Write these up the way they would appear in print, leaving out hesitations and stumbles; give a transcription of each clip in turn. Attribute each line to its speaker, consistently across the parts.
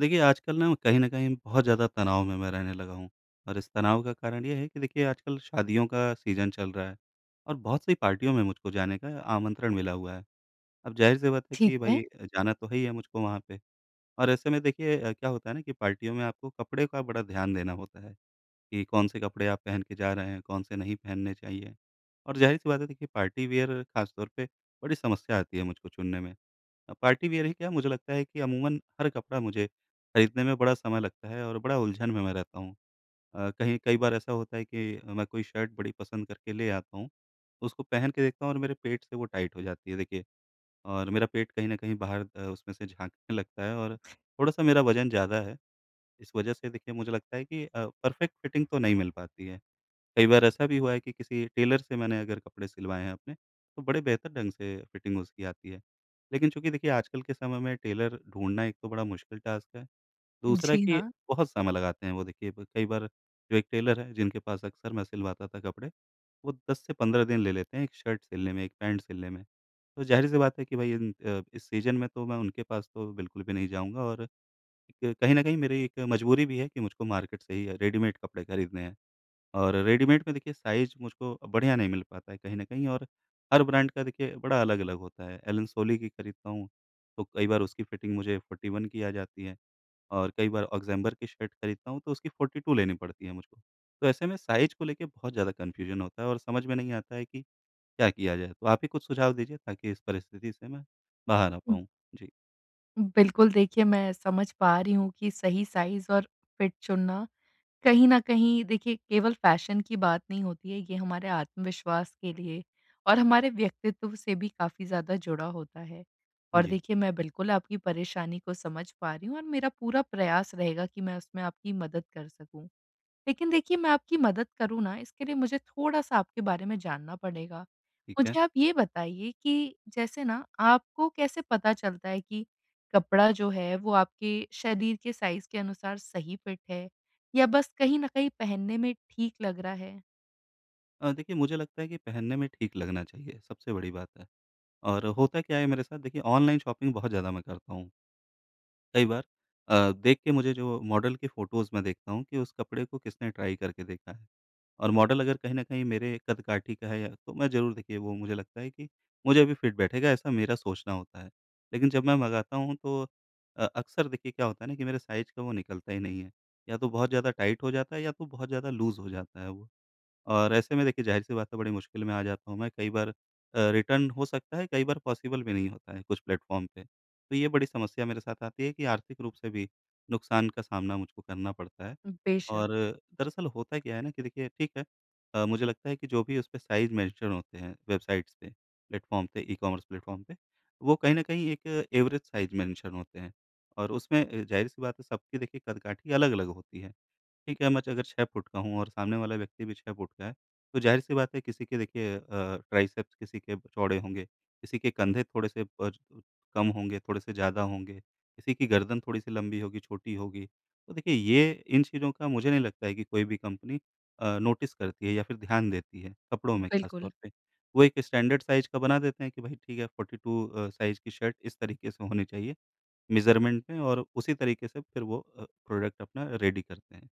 Speaker 1: देखिए, आजकल ना कहीं न कहीं बहुत ज़्यादा तनाव में मैं रहने लगा हूँ। और इस तनाव का कारण ये है कि देखिए आजकल शादियों का सीज़न चल रहा है और बहुत सी पार्टियों में मुझको जाने का आमंत्रण मिला हुआ है। अब ज़ाहिर-सी बात है कि
Speaker 2: ठीक है।
Speaker 1: भई जाना तो है ही है मुझको वहाँ पे। और ऐसे में देखिए क्या होता है ना कि पार्टियों में आपको कपड़े का बड़ा ध्यान देना होता है कि कौन से कपड़े आप पहन के जा रहे हैं, कौन से नहीं पहनने चाहिए। और ज़ाहिर-सी बात है देखिए पार्टी वियर ख़ास तौर पे बड़ी समस्या आती है मुझको चुनने में। पार्टी वियर ही क्या, मुझे लगता है कि अमूमन हर कपड़ा मुझे खरीदने में बड़ा समय लगता है और बड़ा उलझन में मैं रहता हूँ। कहीं कई बार ऐसा होता है कि मैं कोई शर्ट बड़ी पसंद करके ले आता हूँ, उसको पहन के देखता हूँ और मेरे पेट से वो टाइट हो जाती है देखिए। और मेरा पेट कहीं न कहीं बाहर उसमें से झाँकने लगता है। और थोड़ा-सा मेरा वज़न ज़्यादा है। इस वज़ह से देखिए मुझे लगता है कि परफ़ेक्ट फिटिंग तो नहीं मिल पाती है। कई बार ऐसा भी हुआ है कि किसी टेलर से मैंने अगर कपड़े सिलवाए हैं अपने, तो बड़े बेहतर ढंग से फिटिंग उसकी आती है। लेकिन चूँकि देखिए आजकल के समय में टेलर ढूँढना एक तो बड़ा मुश्किल टास्क है, दूसरा
Speaker 2: जी
Speaker 1: कि
Speaker 2: हाँ।
Speaker 1: बहुत समय लगाते हैं वो देखिए ब कई बार। जो एक टेलर है जिनके पास अक्सर मैं सिलवाता था कपड़े, वो 10 से 15 दिन ले लेते हैं एक शर्ट सिलने में, एक पैंट सिलने में। तो ज़ाहिर-सी बात है कि भई इस सीज़न में तो मैं उनके पास तो बिल्कुल भी नहीं जाऊँगा। और एक कहीं न कहीं मेरी एक मजबूरी भी है कि मुझको मार्केट से ही रेडीमेड कपड़े खरीदने हैं। और रेडीमेड में देखिए साइज़ मुझको बढ़िया नहीं मिल पाता है कहीं न कहीं। और हर ब्रांड का देखिए बड़ा अलग-अलग होता है। एलन सोली की खरीदता हूँ, तो कई बार उसकी फिटिंग मुझे 41 की आ जाती है और कई बार ऑक्सेम्बर की शर्ट खरीदता हूँ, तो उसकी 42 लेनी पड़ती है मुझको। तो ऐसे में साइज़ को लेके बहुत ज़्यादा कन्फ्यूज़न होता है और समझ में नहीं आता है कि क्या किया जाए? तो आप ही कुछ सुझाव दीजिए ताकि इस परिस्थिति से मैं बाहर आ
Speaker 2: हुँ,
Speaker 1: पाऊँ। जी।
Speaker 2: बिल्कुल देखिए मैं समझ पा रही हूँ कि सही साइज़ और फिट चुनना कहीं न कहीं देखिए केवल फ़ैशन की बात नहीं होती है, ये हमारे आत्मविश्वास के लिए और हमारे व्यक्तित्व से भी काफ़ी ज़्यादा जुड़ा होता है। और
Speaker 1: जी,
Speaker 2: देखिए मैं बिल्कुल आपकी परेशानी को समझ पा रही हूँ और मेरा पूरा प्रयास रहेगा कि मैं उसमें आपकी मदद कर सकूँ। लेकिन देखिए मैं आपकी मदद करूँ ना, इसके लिए मुझे थोड़ा-सा आपके बारे में जानना पड़ेगा।
Speaker 1: ठीक है।
Speaker 2: मुझे आप ये बताइए कि जैसे ना आपको कैसे पता चलता है कि कपड़ा जो है वो आपके शरीर के साइज़ के अनुसार सही फिट है, या बस कहीं न कहीं पहनने में ठीक लग रहा है?
Speaker 1: देखिए मुझे लगता है कि पहनने में ठीक लगना चाहिए, सबसे बड़ी बात है। और होता क्या है मेरे साथ देखिए, ऑनलाइन शॉपिंग बहुत ज़्यादा मैं करता हूँ। कई बार देख के मुझे जो मॉडल के फ़ोटोज़ मैं देखता हूँ कि उस कपड़े को किसने ट्राई करके देखा है। और मॉडल अगर कहीं न कहीं मेरे कद-काठी का है या तो मैं ज़रूर देखिए वो मुझे लगता है कि मुझे भी फिट बैठेगा ऐसा मेरा सोचना होता है। लेकिन जब मैं मँगाता हूँ तो अक्सर देखिए क्या होता है ना कि मेरे साइज़ का वो निकलता ही नहीं है। या तो बहुत ज़्यादा टाइट हो जाता है या तो बहुत ज़्यादा लूज़ हो जाता है वो। और ऐसे में देखिए ज़ाहिर-सी बात है बड़ी मुश्किल में आ जाता हूँ मैं, कई बार रिटर्न हो सकता है, कई बार पॉसिबल भी नहीं होता है कुछ प्लेटफ़ॉर्म पे। तो ये बड़ी समस्या मेरे साथ आती है कि आर्थिक रूप से भी नुकसान का सामना मुझको करना पड़ता है।
Speaker 2: बेशक,
Speaker 1: और दरअसल होता क्या है ना कि देखिए ठीक है, मुझे लगता है कि जो भी उसपे साइज़ मेंशन होते हैं वेबसाइट्स पे, प्लेटफ़ॉर्म पे, ई-कॉमर्स प्लेटफ़ॉर्म पे, वो कहीं न कहीं एक एवरेज साइज़ मेंशन होते हैं। और उसमें ज़ाहिर-सी बात है सबकी देखिए कदकाठी अलग-अलग होती है। ठीक है, मैं अगर 6 फुट का हूँ और सामने वाला व्यक्ति भी 6 फुट का है, तो ज़ाहिर-सी बात है किसी के देखिए ट्राइसेप्स किसी के चौड़े होंगे, किसी के कंधे थोड़े-से प कम होंगे, थोड़े-से ज़्यादा होंगे, किसी की गर्दन थोड़ी-सी लंबी होगी, छोटी होगी। तो देखिए ये इन चीज़ों का मुझे नहीं लगता है कि कोई भी कंपनी नोटिस करती है या फिर ध्यान देती है, कपड़ों में ख़ास तौर
Speaker 2: बिल्कुल,
Speaker 1: पे। वो एक स्टैंडर्ड साइज़ का बना देते हैं कि भई ठीक है 42 साइज़ की शर्ट इस तरीके से होनी चाहिए मेज़रमेंट में और उसी तरीके से फिर वो प्रोडक्ट अपना रेडी करते हैं।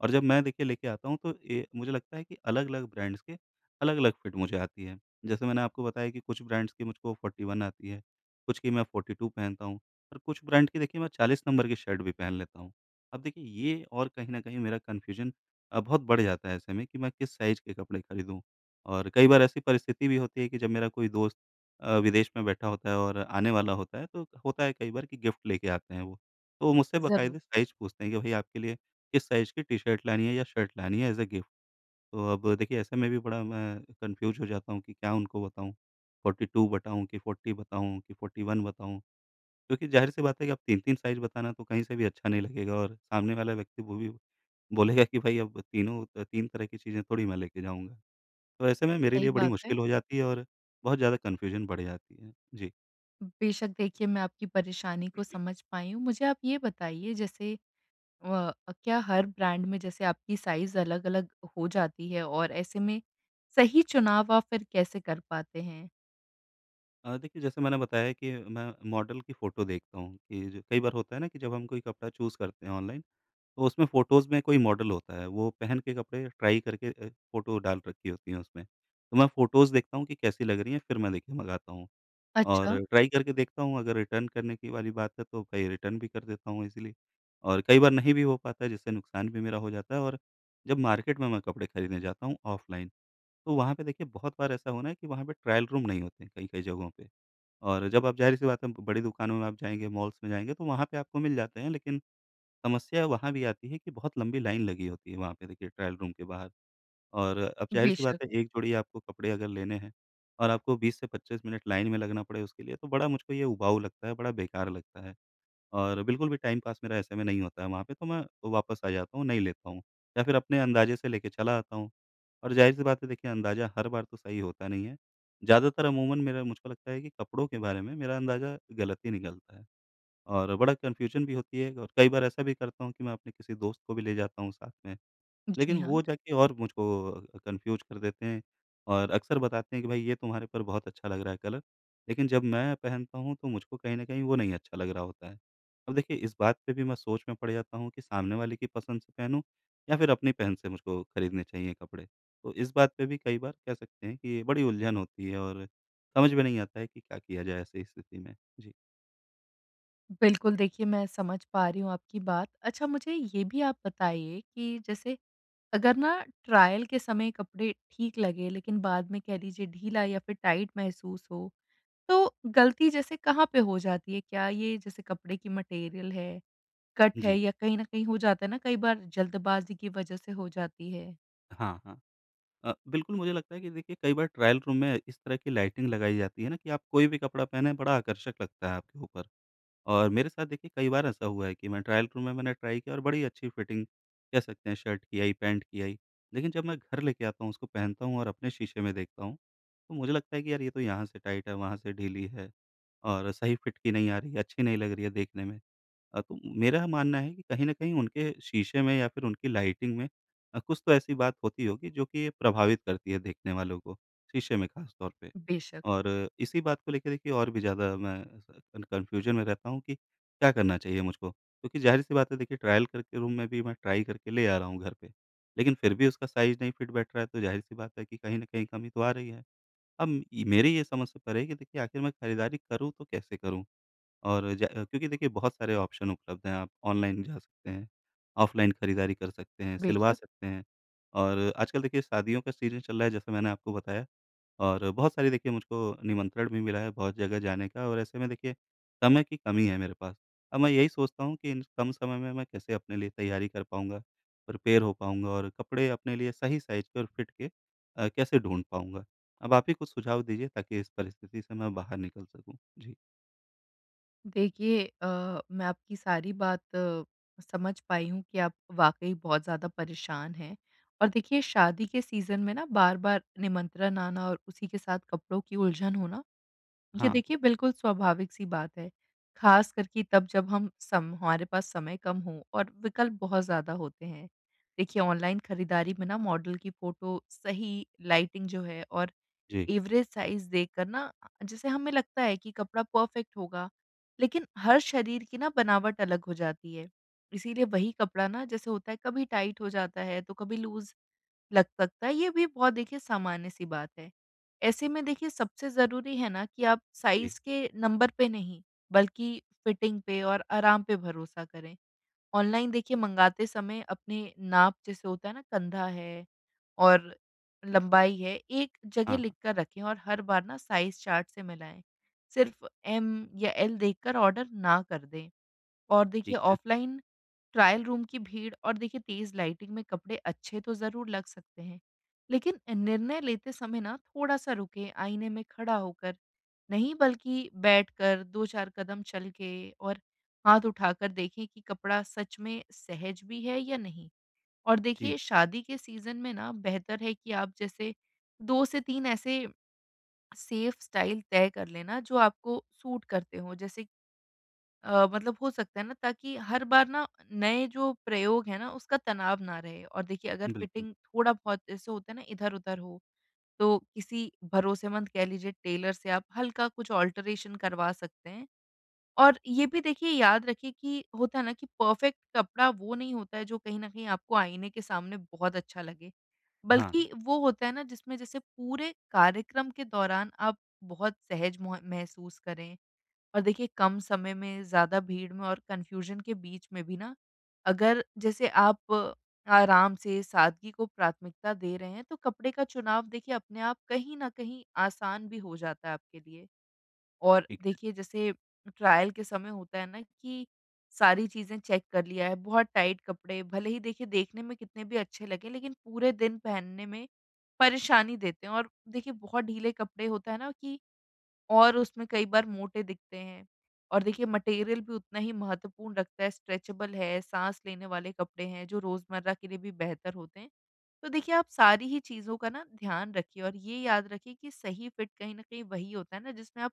Speaker 1: और जब मैं देखिए लेके आता हूँ तो ये मुझे लगता है कि अलग-अलग ब्रांड्स के अलग-अलग फिट मुझे आती है। जैसे मैंने आपको बताया कि कुछ ब्रांड्स की मुझको 41 आती है, कुछ की मैं 42 पहनता हूँ और कुछ ब्रांड की देखिए मैं 40 नंबर की शर्ट भी पहन लेता हूँ। अब देखिए ये और कहीं न कहीं मेरा कन्फ्यूजन बहुत बढ़ जाता है ऐसे में कि मैं किस साइज़ के कपड़े खरीदूँ? और कई बार ऐसी परिस्थिति भी होती है कि जब मेरा कोई दोस्त विदेश में बैठा होता है और आने वाला होता है तो होता है कई बार कि गिफ्ट लेके आते हैं वो। तो वो मुझसे
Speaker 2: ज़रूर।
Speaker 1: बाकायदे साइज़ पूछते हैं कि भई आपके लिए किस साइज़ की टी-शर्ट लानी है या शर्ट लानी है एज़ अ गिफ्ट। तो अब देखिए ऐसे में भी बड़ा मैं कन्फ्यूज़ हो जाता हूँ कि क्या उनको बताऊँ, 42 बताऊँ कि 40 बताऊँ कि 41 बताऊँ। क्योंकि ज़ाहिर-सी बात है कि अब 3-3 साइज़ बताना तो कहीं से भी अच्छा नहीं लगेगा और सामने वाला व्यक्ति वो भी बोलेगा कि भाई अब तीनों 3 तरह की चीज़ें थोड़ी मैं लेके जाऊँगा। तो ऐसे में मेरे
Speaker 2: सही
Speaker 1: लिए बड़ी
Speaker 2: बात है।
Speaker 1: मुश्किल हो जाती है और बहुत ज़्यादा कन्फ्यूज़न बढ़ जाती है। जी।
Speaker 2: बेशक देखिए मैं आपकी परेशानी को समझ पाई हूँ। मुझे आप ये बताइए जैसे अ, क्या हर ब्रांड में जैसे आपकी साइज़ अलग-अलग हो जाती है, और ऐसे में सही चुनाव आप फिर कैसे कर पाते हैं?
Speaker 1: देखिए जैसे मैंने बताया कि मैं मॉडल की फ़ोटो देखता हूँ कि जो कई बार होता है ना कि जब हम कोई कपड़ा चूज़ करते हैं ऑनलाइन तो उसमें फ़ोटोज़ में कोई मॉडल होता है, वो पहन के कपड़े ट्राई करके फ़ोटो डाल रखी होती हैं उसमें। तो मैं फ़ोटोज़ देखता हूँ कि कैसी लग रही हैं, फिर मैं देखिए मँगाता हूँ
Speaker 2: अच्छा,
Speaker 1: और ट्राई करके देखता हूँ। अगर रिटर्न करने की वाली बात है तो भई रिटर्न भी कर देता हूँ ईज़िली और कई बार नहीं भी हो पाता है, जिससे नुकसान भी मेरा हो जाता है। और जब मार्केट में मैं कपड़े खरीदने जाता हूँ ऑफ़लाइन, तो वहाँ पे देखिए बहुत बार ऐसा होना है कि वहाँ पे ट्रायल रूम नहीं होते हैं कई-कई जगहों पे। और जब आप ज़ाहिर-सी बात है बड़ी दुकानों में आप जाएँगे, मॉल्स में जाएँगे तो वहाँ पे आपको मिल जाते हैं, लेकिन समस्या वहाँ भी आती है कि बहुत लंबी लाइन लगी होती है वहाँ पे देखिए ट्रायल रूम के बाहर। और अब ज़ाहिर-सी बात
Speaker 2: बेशक।
Speaker 1: है एक जोड़ी आपको कपड़े अगर लेने हैं और आपको 20 से 25 मिनट लाइन में लगना पड़े उसके लिए तो बड़ा मुझको ये उबाऊ लगता है, बड़ा बेकार लगता है। और बिल्कुल भी टाइम पास मेरा ऐसे में नहीं होता है वहाँ पे, तो मैं वापस आ जाता हूँ, नहीं लेता हूँ या फिर अपने अंदाज़े से लेके चला आता हूँ। और ज़ाहिर-सी बात है देखिए अंदाज़ा हर बार तो सही होता नहीं है। ज़्यादातर अमूमन मेरा मुझको लगता है कि कपड़ों के बारे में मेरा अंदाज़ा गलत ही निकलता है। और बड़ा कन्फ्यूज़न भी होती है। और कई बार ऐसा भी करता हूँ कि मैं अपने किसी दोस्त को भी ले जाता हूँ साथ में,
Speaker 2: जी
Speaker 1: लेकिन वो
Speaker 2: हाँ।
Speaker 1: जाके और मुझको कन्फ्यूज़ कर देते हैं और अक्सर बताते हैं कि भाई ये तुम्हारे पर बहुत अच्छा लग रहा है कलर, लेकिन जब मैं पहनता हूँ तो मुझको कहीं न कहीं वो नहीं अच्छा लग रहा होता है। अब देखिए इस बात पे भी मैं सोच में पड़ जाता हूँ कि सामने वाले की पसंद से पहनूँ या फिर अपनी पहन से मुझको खरीदने चाहिए कपड़े। तो इस बात पे भी कई बार कह सकते हैं कि बड़ी उलझन होती है और समझ में नहीं आता है कि क्या किया जाए ऐसी स्थिति में। जी।
Speaker 2: बिल्कुल, देखिए मैं समझ पा रही हूँ आपकी बात। अच्छा, मुझे ये भी आप बताइए कि जैसे अगर ना ट्रायल के समय कपड़े ठीक लगे लेकिन बाद में कह लीजिए ढीला या फिर टाइट महसूस हो, तो गलती जैसे कहाँ पे हो जाती है? क्या ये जैसे कपड़े की मटेरियल है, कट
Speaker 1: जी।
Speaker 2: है, या कहीं न कहीं हो जाता है ना कई बार जल्दबाज़ी की वज़ह से हो जाती है।
Speaker 1: हाँ, हाँ। बिल्कुल, मुझे लगता है कि देखिए कई बार ट्रायल रूम में इस तरह की लाइटिंग लगाई जाती है ना कि आप कोई भी कपड़ा पहने बड़ा आकर्षक लगता है आपके ऊपर। और मेरे साथ देखिए कई बार ऐसा हुआ है कि मैं ट्रायल रूम में मैंने ट्राई किया और बड़ी अच्छी फिटिंग कह सकते हैं शर्ट की आई, पैंट की आई। लेकिन जब मैं घर लेके आता हूँ, उसको पहनता हूँ और अपने शीशे में देखता हूँ, तो मुझे लगता है कि यार ये तो यहाँ से टाइट है, वहाँ से ढीली है और सही फिट की नहीं आ रही है, अच्छी नहीं लग रही है देखने में। तो मेरा मानना है कि कहीं न कहीं उनके शीशे में या फिर उनकी लाइटिंग में कुछ तो ऐसी बात होती होगी जो कि प्रभावित करती है देखने वालों को, शीशे में ख़ास तौर पे।
Speaker 2: बेशक,
Speaker 1: और इसी बात को लेके देखिए और भी ज़्यादा मैं स कन्फ्यूज़न में रहता हूँ कि क्या करना चाहिए मुझको? क्योंकि ज़ाहिर-सी बात है देखिए ट्रायल करके रूम में भी मैं ट्राई करके ले आ रहा हूँ घर पे, लेकिन फिर भी उसका साइज़ नहीं फिट बैठ रहा है, तो ज़ाहिर-सी बात है कि कहीं न कहीं कमी तो आ रही है। अब मेरी ये समझ से परे है कि देखिए आखिर मैं खरीदारी करूँ तो कैसे करूँ? और ज क्योंकि देखिए बहुत सारे ऑप्शन उपलब्ध हैं, आप ऑनलाइन जा सकते हैं, ऑफ़लाइन खरीदारी कर सकते हैं, सिलवा
Speaker 2: बेशक।
Speaker 1: सकते हैं। और आजकल देखिए शादियों का सीज़न चल रहा है जैसे मैंने आपको बताया और बहुत सारी देखिए मुझको निमंत्रण भी मिला है बहुत जगह जाने का और ऐसे में देखिए समय की कमी है मेरे पास। अब मैं यही सोचता हूँ कि इन कम समय में मैं कैसे अपने लिए तैयारी कर पाऊँगा, प्रिपेयर हो पाऊँगा और कपड़े अपने लिए सही साइज़ के और फिट के कैसे ढूँढ पाऊँगा? अब आप ही कुछ सुझाव दीजिए ताकि इस परिस्थिति से मैं बाहर निकल सकूँ। जी।
Speaker 2: देखिए, मैं आपकी सारी बात समझ पाई हूँ कि आप वाक़ई बहुत ज़्यादा परेशान हैं। और देखिए शादी के सीज़न में ना बार-बार निमंत्रण आना और उसी के साथ कपड़ों की उलझन होना, ये
Speaker 1: हाँ।
Speaker 2: देखिए बिल्कुल स्वाभाविक सी बात है। ख़ास करके तब, जब हम सम हमारे पास समय कम हो और विकल्प बहुत ज़्यादा होते हैं। देखिए ऑनलाइन खरीदारी में ना मॉडल की फ़ोटो, सही लाइटिंग जो है, और
Speaker 1: जी।
Speaker 2: एवरेज साइज़ देखकर ना जैसे हमें लगता है कि कपड़ा परफ़ेक्ट होगा, लेकिन हर शरीर की ना बनावट अलग हो जाती है। इसीलिए वही कपड़ा ना जैसे होता है कभी टाइट हो जाता है, तो कभी लूज़ लग सकता है, ये भी बहुत देखिए सामान्य सी बात है। ऐसे में देखिए सबसे ज़रूरी है ना कि आप
Speaker 1: जी,
Speaker 2: साइज़ के नंबर पे नहीं, बल्कि फिटिंग पे और आराम पे भरोसा करें। ऑनलाइन देखिए मंगाते समय अपने नाप, जैसे होता है ना कंधा है और लंबाई है, एक
Speaker 1: हाँ,
Speaker 2: जगह
Speaker 1: हाँ,
Speaker 2: लिख कर रखें और हर बार ना साइज़ चार्ट से मिलाएँ। सिर्फ़ M या L देखकर ऑर्डर ना कर दें। और देखिए
Speaker 1: ठीक है।
Speaker 2: ऑफ़लाइन ट्रायल रूम की भीड़ और देखिए तेज लाइटिंग में कपड़े अच्छे तो जरूर लग सकते हैं, लेकिन निर्णय लेते समय ना थोड़ा सा रुके, आईने में खड़ा होकर नहीं बल्कि बैठकर, दो चार कदम चल के और हाथ उठाकर देखें कि कपड़ा सच में सहज भी है या नहीं। और
Speaker 1: जी,
Speaker 2: देखिए शादी के सीजन में ना बेहतर है कि आप जैसे दो से तीन ऐसे सेफ स्टाइल तय कर लेना जो आपको सूट करते हो, जैसे मतलब हो सकता है ना, ताकि हर बार ना नए जो प्रयोग है ना उसका तनाव ना रहे। और देखिए अगर
Speaker 1: बिल्कुल।
Speaker 2: फिटिंग थोड़ा बहुत जैसे होता है ना इधर-उधर हो, तो किसी भरोसेमंद कह लीजिए टेलर से आप हल्का कुछ अल्टरेशन करवा सकते हैं। और ये भी देखिए याद रखिए कि होता है ना कि परफेक्ट कपड़ा वो नहीं होता है जो कहीं न कहीं आपको आईने के सामने बहुत अच्छा लगे,
Speaker 1: हाँ, हाँ,
Speaker 2: बल्कि वो होता है ना जिसमें जैसे पूरे कार्यक्रम के दौरान आप बहुत सहज मोह महसूस करें। और देखिए कम समय में, ज़्यादा भीड़ में और कन्फ्यूज़न के बीच में भी ना, अगर जैसे आप आराम से सादगी को प्राथमिकता दे रहे हैं, तो कपड़े का चुनाव देखिए अपने आप कहीं न कहीं आसान भी हो जाता है आपके लिए। और
Speaker 1: ठीक है।
Speaker 2: देखिए जैसे ट्रायल के समय होता है ना कि सारी चीज़ें चेक कर लिया है, बहुत टाइट कपड़े भले ही देखिए देखने में कितने भी अच्छे लगें, लेकिन पूरे दिन पहनने में परेशानी देते हैं। और देखिए बहुत ढीले कपड़े होता है ना कि और उसमें कई बार मोटे दिखते हैं। और देखिए मटेरियल भी उतना ही महत्वपूर्ण रखता है, स्ट्रेचेबल है, साँस लेने वाले कपड़े हैं जो रोज़मर्रा के लिए भी बेहतर होते हैं। तो देखिए आप सारी ही चीज़ों का ना ध्यान रखिए, और ये याद रखिए कि सही फिट कहीं न कहीं वही होता है ना जिसमें आप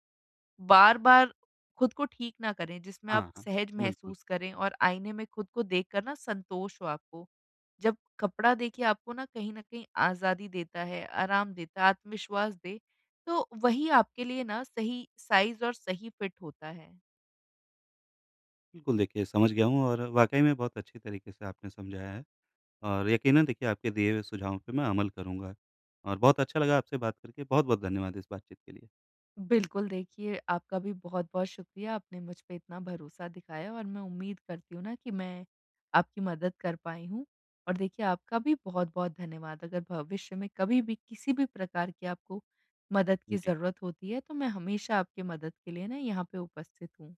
Speaker 2: बार-बार खुद को ठीक ना करें, जिसमें आप
Speaker 1: हाँ, हाँ,
Speaker 2: सहज
Speaker 1: बिल्कुल।
Speaker 2: महसूस करें और आईने में खुद को देखकर ना संतोष हो आपको। जब कपड़ा देखिए आपको ना कहीं न कहीं आज़ादी देता है, आराम देता है, आत्मविश्वास दे, तो वही आपके लिए ना सही साइज़ और सही फिट होता है।
Speaker 1: बिल्कुल, देखिए समझ गया हूँ और वाक़ई में बहुत अच्छे तरीके से आपने समझाया है और यकीनन देखिए आपके दिए हुए सुझावों पे मैं अमल करूँगा और बहुत अच्छा लगा आपसे बात करके। बहुत-बहुत धन्यवाद इस बातचीत के लिए।
Speaker 2: बिल्कुल, देखिए आपका भी बहुत-बहुत शुक्रिया, आपने मुझ पे इतना भरोसा दिखाया और मैं उम्मीद करती हूँ ना कि मैं आपकी मदद कर पाई हूँ। और देखिए आपका भी बहुत-बहुत धन्यवाद। अगर भविष्य में कभी भी किसी भी प्रकार की आपको मदद की
Speaker 1: जी।
Speaker 2: ज़रूरत होती है, तो मैं हमेशा आपकी मदद के लिए ना यहाँ पे उपस्थित हूँ।